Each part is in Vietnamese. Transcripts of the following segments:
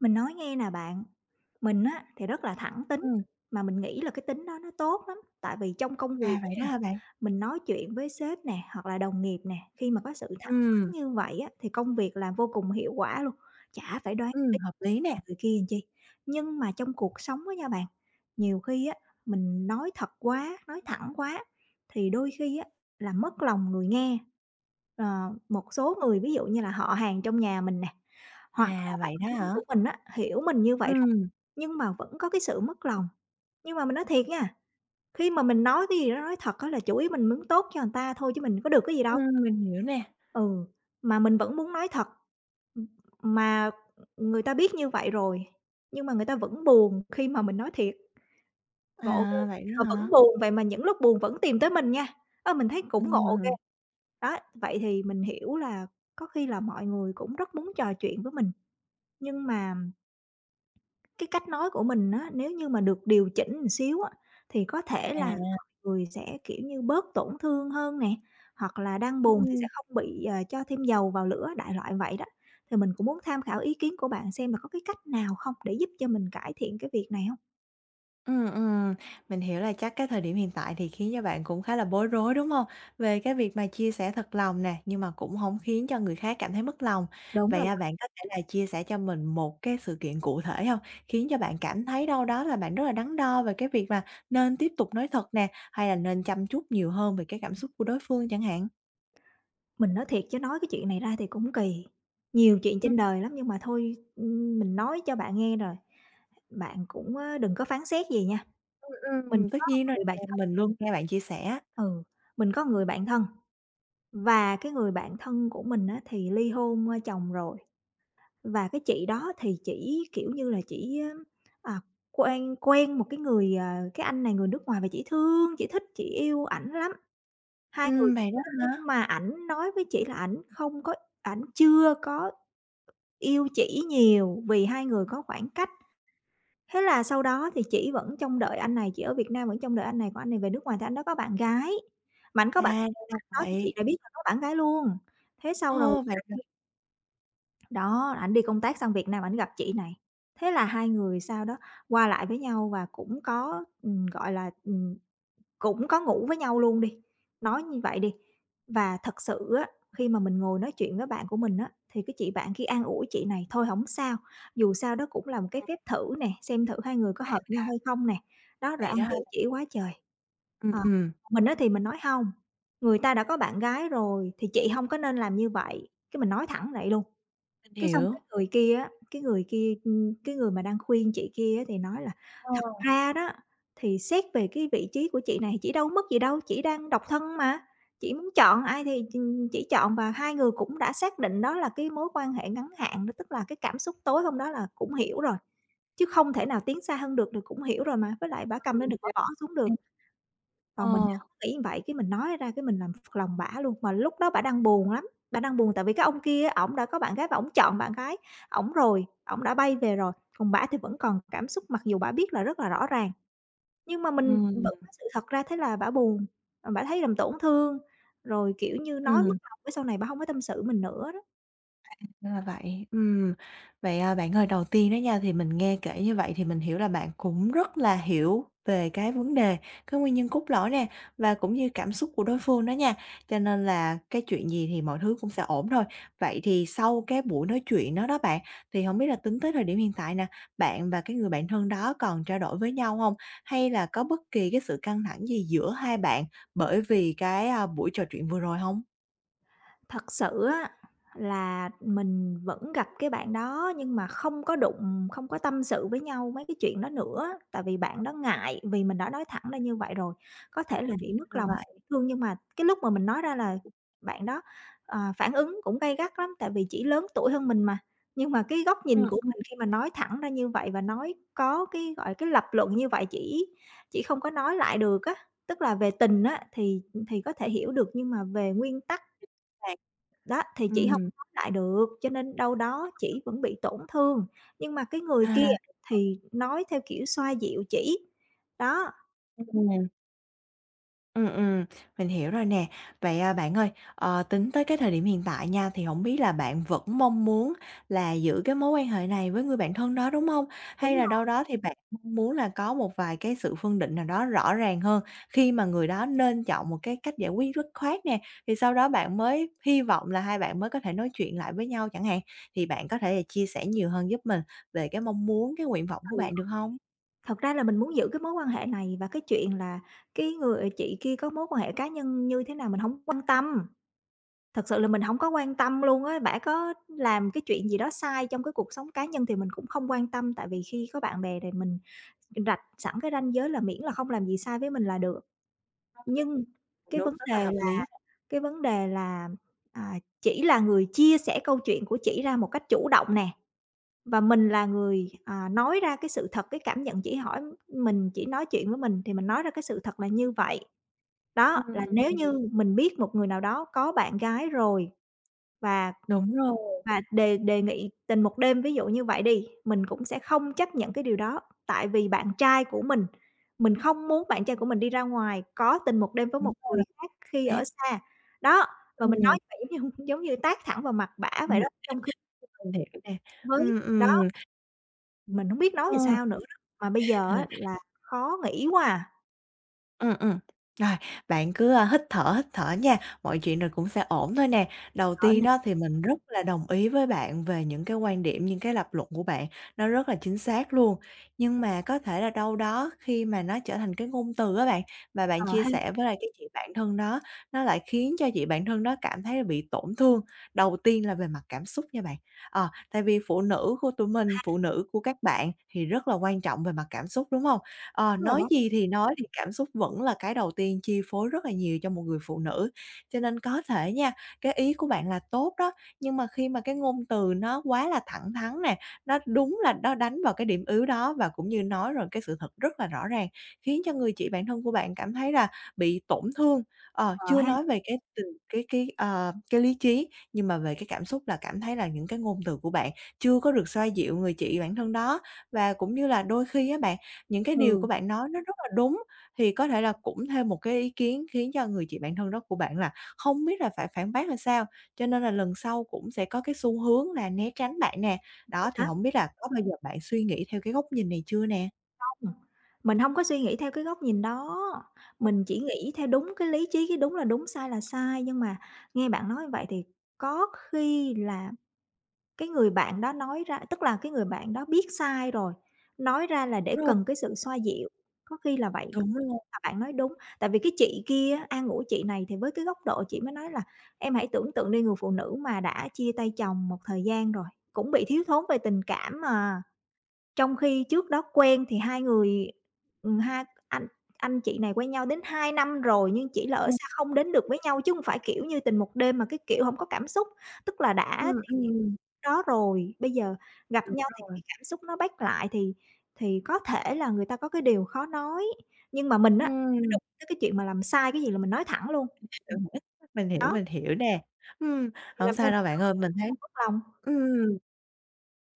Mình nói nghe nè bạn, mình á thì rất là thẳng tính, Ừm. mà mình nghĩ là cái tính đó nó tốt lắm, tại vì trong công À, việc á vậy đó nha, hả bạn? mình nói chuyện với sếp nè, hoặc là đồng nghiệp nè, khi mà có sự thẳng thắn Ừm, như vậy á, thì công việc làm vô cùng hiệu quả luôn, chả phải đoán về hợp lý nè. người kia làm chi. Nhưng mà trong cuộc sống á nha bạn, nhiều khi á, mình nói thật quá, nói thẳng quá thì đôi khi á, là mất lòng người nghe. Ờ, một số người ví dụ như là họ hàng trong nhà mình nè, hoặc là À, bạn vậy đó thân hả? của mình á, hiểu mình như vậy rồi, Ừm, nhưng mà vẫn có cái sự mất lòng. Nhưng mà mình nói thiệt nha, khi mà mình nói cái gì đó nói thật á là chủ ý mình muốn tốt cho người ta thôi chứ mình có được cái gì đâu. Mình hiểu nè. Ừ, mà mình vẫn muốn nói thật, ừm, mà người ta biết như vậy rồi, nhưng mà người ta vẫn buồn khi mà mình nói thiệt, ngộ ghê, À, vậy mà đó vẫn hả? buồn, vậy mà những lúc buồn vẫn tìm tới mình nha, ơ, mình thấy cũng ngộ ghê. Ừm, Đó, vậy thì mình hiểu là có khi là mọi người cũng rất muốn trò chuyện với mình, nhưng mà cái cách nói của mình á, nếu như mà được điều chỉnh một xíu á, thì có thể à, là mọi người sẽ, kiểu như, bớt tổn thương hơn nè, hoặc là đang buồn thì sẽ ừm. không bị, ờ, cho thêm dầu vào lửa, đại loại vậy đó. Thì mình cũng muốn tham khảo ý kiến của bạn xem là có cái cách nào không để giúp cho mình cải thiện cái việc này hông? Ừm, ừm, mình hiểu là chắc cái thời điểm hiện tại thì khiến cho bạn cũng khá là bối rối, đúng không? Về cái việc mà chia sẻ thật lòng nè, nhưng mà cũng không khiến cho người khác cảm thấy mất lòng. Đúng Vậy, rồi à, đó, bạn có thể là chia sẻ cho mình một cái sự kiện cụ thể không? Khiến cho bạn cảm thấy đâu đó là bạn rất là đắn đo về cái việc mà nên tiếp tục nói thật nè, hay là nên chăm chút nhiều hơn về cái cảm xúc của đối phương chẳng hạn? mình nói thiệt chứ nói cái chuyện này ra thì cũng kỳ, nhiều chuyện Ừm, trên đời lắm nhưng mà thôi, mình nói cho bạn nghe rồi, bạn cũng, á, đừng có phán xét gì nha. Mình tất có nhiên rồi, người bạn à, thân mình luôn nghe bạn chia sẻ. ừ, mình có người bạn thân và cái người bạn thân của mình á thì ly hôn, ơ, chồng rồi, và cái chị đó thì chỉ, kiểu như là, chỉ, ờ, à, quen quen một cái người, à cái anh này người nước ngoài và chỉ thương, chỉ thích, chỉ yêu ảnh lắm. Hai người cũng Vậy đó yêu lắm hả? nhưng mà ảnh nói với chị là ảnh chưa có yêu chỉ nhiều vì hai người có khoảng cách. Thế là sau đó thì chị vẫn trông đợi anh này, chị ở Việt Nam vẫn trông đợi anh này, còn anh này về nước ngoài thì anh đó có bạn gái, mà ảnh có À, bạn ra là đó, thì chị vậy. này biết là có bạn gái luôn. Thế sau rồi Ồ, vậy ảnh đi đó, ảnh đi công tác sang Việt Nam ảnh gặp chị này, thế là hai người sau đó qua lại với nhau và cũng có, gọi là, cũng có ngủ với nhau luôn đi, nói như vậy đi. Và thật sự á, khi mà mình ngồi nói chuyện với bạn của mình á, thì cái chị bạn kia an ủi chị này: "Thôi hổng sao, dù sao đó cũng là một cái phép thử nè, xem thử hai người có hợp nhau hay không nè." Đó, rồi vậy an đó hả? ủi chỉ quá trời. Ừm, Ờ, ừm, mình á thì mình nói: "Hông, người ta đã có bạn gái rồi thì chị hông có nên làm như vậy." Cái mình nói thẳng vậy luôn. mình Cái xong hiểu. cái người kia á, cái người kia, cái người mà đang khuyên chị kia á thì nói là Ờ. "Thật ra đó, thì xét về cái vị trí của chị này, chị đâu mất gì đâu, chị đang độc thân mà, chị muốn chọn ai thì ch chị chọn." Và hai người cũng đã xác định đó là cái mối quan hệ ngắn hạn đó, tức là cái cảm xúc tối hôm đó là cũng hiểu rồi, chứ không thể nào tiến xa hơn được, được cũng hiểu rồi mà, với lại bả cầm lên được bả bỏ xuống được. Chính xác. Còn mình thì Ờ, hổng nghĩ vậy, cái mình nói ra cái mình làm phật lòng bả luôn, mà lúc đó bả đang buồn lắm, bả đang buồn tại vì cái ông kia á, ổng đã có bạn gái và ổng chọn bạn gái ổng rồi, ổng đã bay về rồi, còn bả thì vẫn còn cảm xúc mặc dù bả biết là rất là rõ ràng. Nhưng mà mình vẫn nói ừm, sự thật ra thế là bả buồn, ờ, bả thấy làm tổn thương, rồi, kiểu như, nói ừm. mất lòng cái sau này bả hông có tâm sự mình nữa đó. Ra là vậy. Vậy, à, bạn ơi, đầu tiên đó nha, thì mình nghe kể như vậy thì mình hiểu là bạn cũng rất là hiểu về cái vấn đề, cái nguyên nhân cốt lõi nè, và cũng như cảm xúc của đối phương đó nha, cho nên là cái chuyện gì thì mọi thứ cũng sẽ ổn thôi. Vậy thì sau cái buổi nói chuyện đó đó bạn, thì không biết là tính tới thời điểm hiện tại nè, bạn và cái người bạn thân đó còn trao đổi với nhau không? Hay là có bất kỳ cái sự căng thẳng gì giữa hai bạn bởi vì cái, a, buổi trò chuyện vừa rồi không? Thật sự á là mình vẫn gặp cái bạn đó nhưng mà không có đụng, không có tâm sự với nhau mấy cái chuyện đó nữa, tại vì bạn đó ngại vì mình đã nói thẳng ra như vậy rồi. Có thể là bị mất Là lòng hay vậy. tổn thương nhưng mà cái lúc mà mình nói ra là bạn đó, ờ, phản ứng cũng gay gắt lắm, tại vì chỉ lớn tuổi hơn mình mà. Nhưng mà cái góc Ừm, nhìn của ừm. mình khi mà nói thẳng ra như vậy và nói có cái, gọi cái lập luận như vậy chỉ không có nói lại được á, tức là về tình á thì có thể hiểu được nhưng mà về nguyên tắc Bạn đó, thì chỉ hông ừm, nói lại được, cho nên đâu đó chỉ vẫn bị tổn thương, nhưng mà cái người kia à. thì nói theo kiểu xoa dịu chỉ. Đó, Ừm, ừm, ừm, mình hiểu rồi nè. Vậy, à, bạn ơi, ờ, tính tới cái thời điểm hiện tại nha, thì không biết là bạn vẫn mong muốn là giữ cái mối quan hệ này với người bạn thân đó, đúng không? đúng Hay rồi, là đâu đó thì bạn mong muốn là có một vài cái sự phân định nào đó rõ ràng hơn, khi mà người đó nên chọn một cái cách giải quyết dứt khoát nè, thì sau đó bạn mới hy vọng là hai bạn mới có thể nói chuyện lại với nhau chẳng hạn. Thì bạn có thể là chia sẻ nhiều hơn giúp mình về cái mong muốn, cái nguyện vọng của bạn được không? thật ra là mình muốn giữ cái mối quan hệ này và cái chuyện là cái người ờ, chị kia có mối quan hệ cá nhân như thế nào mình hổng quan tâm, thật sự là mình hổng có quan tâm luôn á. Bả có làm cái chuyện gì đó sai trong cái cuộc sống cá nhân thì mình cũng không quan tâm, tại vì khi có bạn bè thì mình rạch sẵn cái ranh giới là miễn là không làm gì sai với mình là được. Nhưng cái Đúng, vấn rất đề là hợp lý. Cái vấn đề là, à, chỉ là người chia sẻ câu chuyện của chỉ ra một cách chủ động nè, và mình là người, à, nói ra cái sự thật, cái cảm nhận chỉ hỏi mình chỉ nói chuyện với mình thì mình nói ra cái sự thật là như vậy. Đó, Ừm. là nếu như mình biết một người nào đó có bạn gái rồi và Đúng rồi, và đề đề nghị tình một đêm ví dụ như vậy đi, mình cũng sẽ không chấp nhận cái điều đó, tại vì bạn trai của mình không muốn bạn trai của mình đi ra ngoài có tình một đêm với đúng một rồi. người khác khi ở xa. Đó, và mình nói Ừm, vậy giống như giống như tát thẳng vào mặt bả vậy đó, mình trong khi mình hiểu nè. với Ừm, đó, ừm, mình hông biết nói ơ, làm sao nữa đó. Mà bây giờ à, á là khó nghĩ quá à, ừ ừ. Rồi, bạn cứ, a, hít thở nha, mọi chuyện rồi cũng sẽ ổn thôi nè. Đầu ở tiên nè, đó thì mình rất là đồng ý với bạn về những cái quan điểm, những cái lập luận của bạn, nó rất là chính xác luôn. Nhưng mà có thể là đâu đó khi mà nó trở thành cái ngôn từ á bạn, mà bạn ờ chia ha, sẻ với lại cái chị bạn thân đó, nó lại khiến cho chị bạn thân đó cảm thấy là bị tổn thương, đầu tiên là về mặt cảm xúc nha bạn. Ờ, tại vì phụ nữ của tụi mình, phụ nữ của các bạn thì rất là quan trọng về mặt cảm xúc, đúng không? Ờ, đúng rồi nói đó, gì thì nói thì cảm xúc vẫn là cái đầu tiên chi phối rất là nhiều cho một người phụ nữ, cho nên có thể nha, cái ý của bạn là tốt đó, nhưng mà khi mà cái ngôn từ nó quá là thẳng thắn nè, nó đúng là nó đánh vào cái điểm yếu đó và cũng như nói rồi cái sự thật rất là rõ ràng, khiến cho người chị bạn thân của bạn cảm thấy là bị tổn thương. Ờ, ờ chưa ha, nói về cái tình cái lý trí, nhưng mà về cái cảm xúc là cảm thấy là những cái ngôn từ của bạn chưa có được xoa dịu người chị bạn thân đó. Và cũng như là đôi khi á bạn, những cái điều của ừ, bạn nói nó rất là đúng, thì có thể là cũng thêm một cái ý kiến khiến cho người chị bạn thân đó của bạn là không biết là phải phản bác là sao, cho nên là lần sau cũng sẽ có cái xu hướng là né tránh bạn nè. Đó, thì hả? không biết là có bao giờ bạn suy nghĩ theo cái góc nhìn này chưa nè? Ừm, mình hông có suy nghĩ theo cái góc nhìn đó, mình chỉ nghĩ theo đúng cái lý trí, cái đúng là đúng, sai là sai. Nhưng mà nghe bạn nói như vậy thì có khi là cái người bạn đó nói ra tức là cái người bạn đó biết sai rồi, nói ra là để Đúng rồi, cần cái sự xoa dịu, có khi là vậy, đúng rồi. là bạn nói đúng. Tại vì cái chị kia á, an ủi chị này thì với cái góc độ chị mới nói là "Em hãy tưởng tượng đi, người phụ nữ mà đã chia tay chồng một thời gian rồi, cũng bị thiếu thốn về tình cảm mà." Trong khi trước đó quen thì hai người hai anh chị này quen nhau đến 2 năm rồi nhưng chỉ là ở Ừm, xa không đến được với nhau chứ hông phải, kiểu như, tình một đêm mà cái kiểu hổng có cảm xúc. Tức là đã ừm, tiếng ừm, đó rồi, bây giờ gặp đúng nhau thì rồi. cái cảm xúc nó back lại thì có thể là người ta có cái điều khó nói, nhưng mà mình á, mình Ừm, đụng tới cái chuyện mà làm sai cái gì là mình nói thẳng luôn. Ừm. hiểu, hiểu. Mình hiểu, Đó, mình hiểu nè. Ừm, thì hổng làm sao sao để đâu nó bạn ơi, mình thấy không mất lòng. ừm.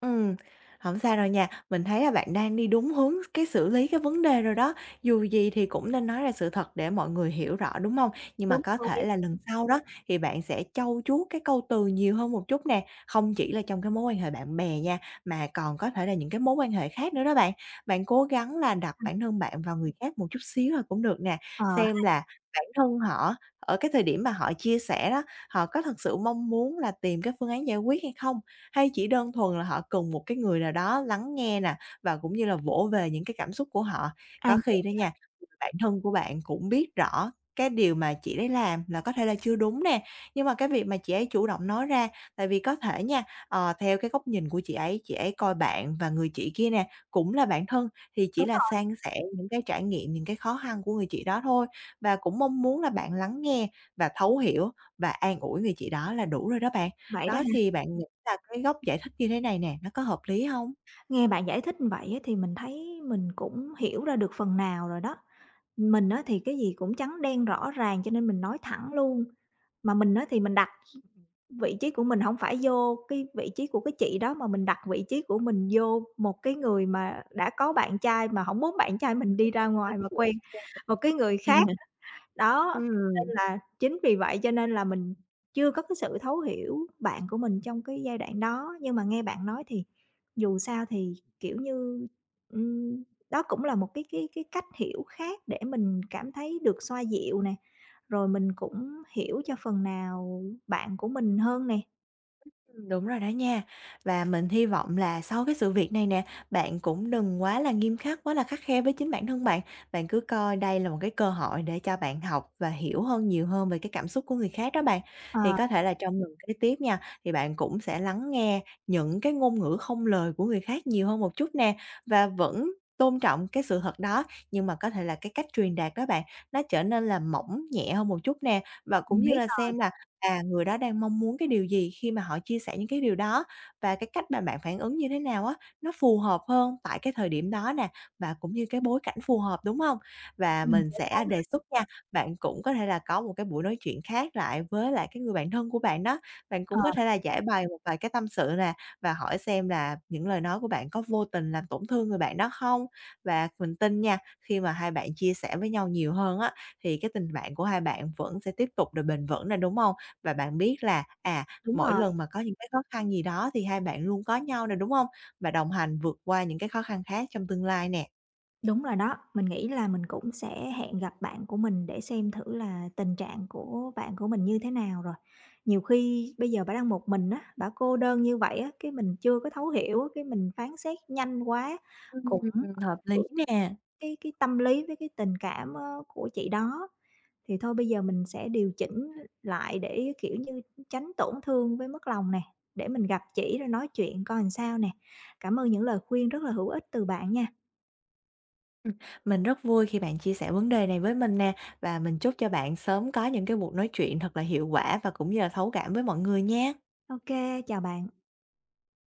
Ừ, không sao đâu nha. Mình thấy là bạn đang đi đúng hướng cái xử lý cái vấn đề rồi đó. Dù gì thì cũng nên nói ra sự thật để mọi người hiểu rõ, đúng không? Nhưng mà Đúng có thể rồi. là lần sau đó thì bạn sẽ trau chuốt cái câu từ nhiều hơn một chút nè, không chỉ là trong cái mối quan hệ bạn bè nha, mà còn có thể là những cái mối quan hệ khác nữa đó bạn. Bạn cố gắng là đặt Ừm. bản thân bạn vào người khác một chút xíu là cũng được nè, Ờ, xem là bản thân họ ở cái thời điểm mà họ chia sẻ đó, họ có thật sự mong muốn là tìm cái phương án giải quyết hay không? Hay chỉ đơn thuần là họ cần một cái người nào đó lắng nghe nè, và cũng như là vỗ về những cái cảm xúc của họ. Có an khi đó ủi, nha, bản thân của bạn cũng biết rõ cái điều mà chị đấy làm là có thể là chưa đúng nè, nhưng mà cái việc mà chị ấy chủ động nói ra, tại vì có thể nha, ờ, theo cái góc nhìn của chị ấy coi bạn và người chị kia nè, cũng là bạn thân, thì chỉ đúng là rồi, san sẻ những cái trải nghiệm, những cái khó khăn của người chị đó thôi. Và cũng mong muốn là bạn lắng nghe và thấu hiểu và an ủi người chị đó là đủ rồi đó bạn. vậy đó. Đó, thì bạn nghĩ là cái góc giải thích như thế này nè, nó có hợp lý hông? Nghe bạn giải thích như vậy á thì mình thấy mình cũng hiểu ra được phần nào rồi đó. Mình á thì cái gì cũng trắng đen rõ ràng cho nên mình nói thẳng luôn, mà mình á thì mình đặt vị trí của mình không phải vô cái vị trí của cái chị đó, mà mình đặt vị trí của mình vô một cái người mà đã có bạn trai mà không muốn bạn trai mình đi ra ngoài mà quen một cái người khác. Đó, nên Ừm. là chính vì vậy cho nên là mình chưa có cái sự thấu hiểu bạn của mình trong cái giai đoạn đó, nhưng mà nghe bạn nói thì dù sao thì, kiểu như, ừm, đó cũng là một cái cách hiểu khác để mình cảm thấy được xoa dịu nè, rồi mình cũng hiểu cho phần nào bạn của mình hơn nè. Đúng rồi đó nha. Và mình hy vọng là sau cái sự việc này nè, bạn cũng đừng quá là nghiêm khắc, quá là khắt khe với chính bản thân bạn. Bạn cứ coi đây là một cái cơ hội để cho bạn học và hiểu hơn, nhiều hơn về cái cảm xúc của người khác đó bạn. Ờ, Thì có thể là trong lần kế tiếp nha, thì bạn cũng sẽ lắng nghe những cái ngôn ngữ không lời của người khác nhiều hơn một chút nè, và vẫn tôn trọng cái sự thật đó, nhưng mà có thể là cái cách truyền đạt đó bạn, nó trở nên là mỏng nhẹ hơn một chút nè, và cũng mình như biết là là xem là à, người đó đang mong muốn cái điều gì khi mà họ chia sẻ những cái điều đó và cái cách mà bạn phản ứng như thế nào á, nó phù hợp hơn tại cái thời điểm đó nè và cũng như cái bối cảnh phù hợp, đúng không? Và mình mình sẽ sẽ đề xuất nha, bạn cũng có thể là có một cái buổi nói chuyện khác lại với lại cái người bạn thân của bạn đó, bạn cũng Ờ. có thể là giải bày một vài cái tâm sự nè và hỏi xem là những lời nói của bạn có vô tình làm tổn thương người bạn đó không? Và mình tin nha, khi mà hai bạn chia sẻ với nhau nhiều hơn á, thì cái tình bạn của hai bạn vẫn sẽ tiếp tục được bền vững nè, đúng không? Và bạn biết là, à, đúng mỗi rồi. lần mà có những cái khó khăn gì đó thì hai bạn luôn có nhau nè, đúng không? Và đồng hành vượt qua những cái khó khăn khác trong tương lai nè. Đúng rồi đó, mình nghĩ là mình cũng sẽ hẹn gặp bạn của mình để xem thử là tình trạng của bạn của mình như thế nào rồi. Nhiều khi bây giờ bà đang một mình á, bà cô đơn như vậy á, cái mình chưa có thấu hiểu á, cái mình phán xét nhanh quá Ừm, cũng ảnh hợp lý hưởng nè. cái tâm lý với cái tình cảm, ơ, của chị đó. Thì thôi bây giờ mình sẽ điều chỉnh lại để, kiểu như, tránh tổn thương với mất lòng nè, để mình gặp chị rồi nói chuyện coi làm sao nè. Cảm ơn những lời khuyên rất là hữu ích từ bạn nha. Ừm, mình rất vui khi bạn chia sẻ vấn đề này với mình nè, và mình chúc cho bạn sớm có những cái cuộc nói chuyện thật là hiệu quả và cũng như là thấu cảm với mọi người nha. Ok, chào bạn.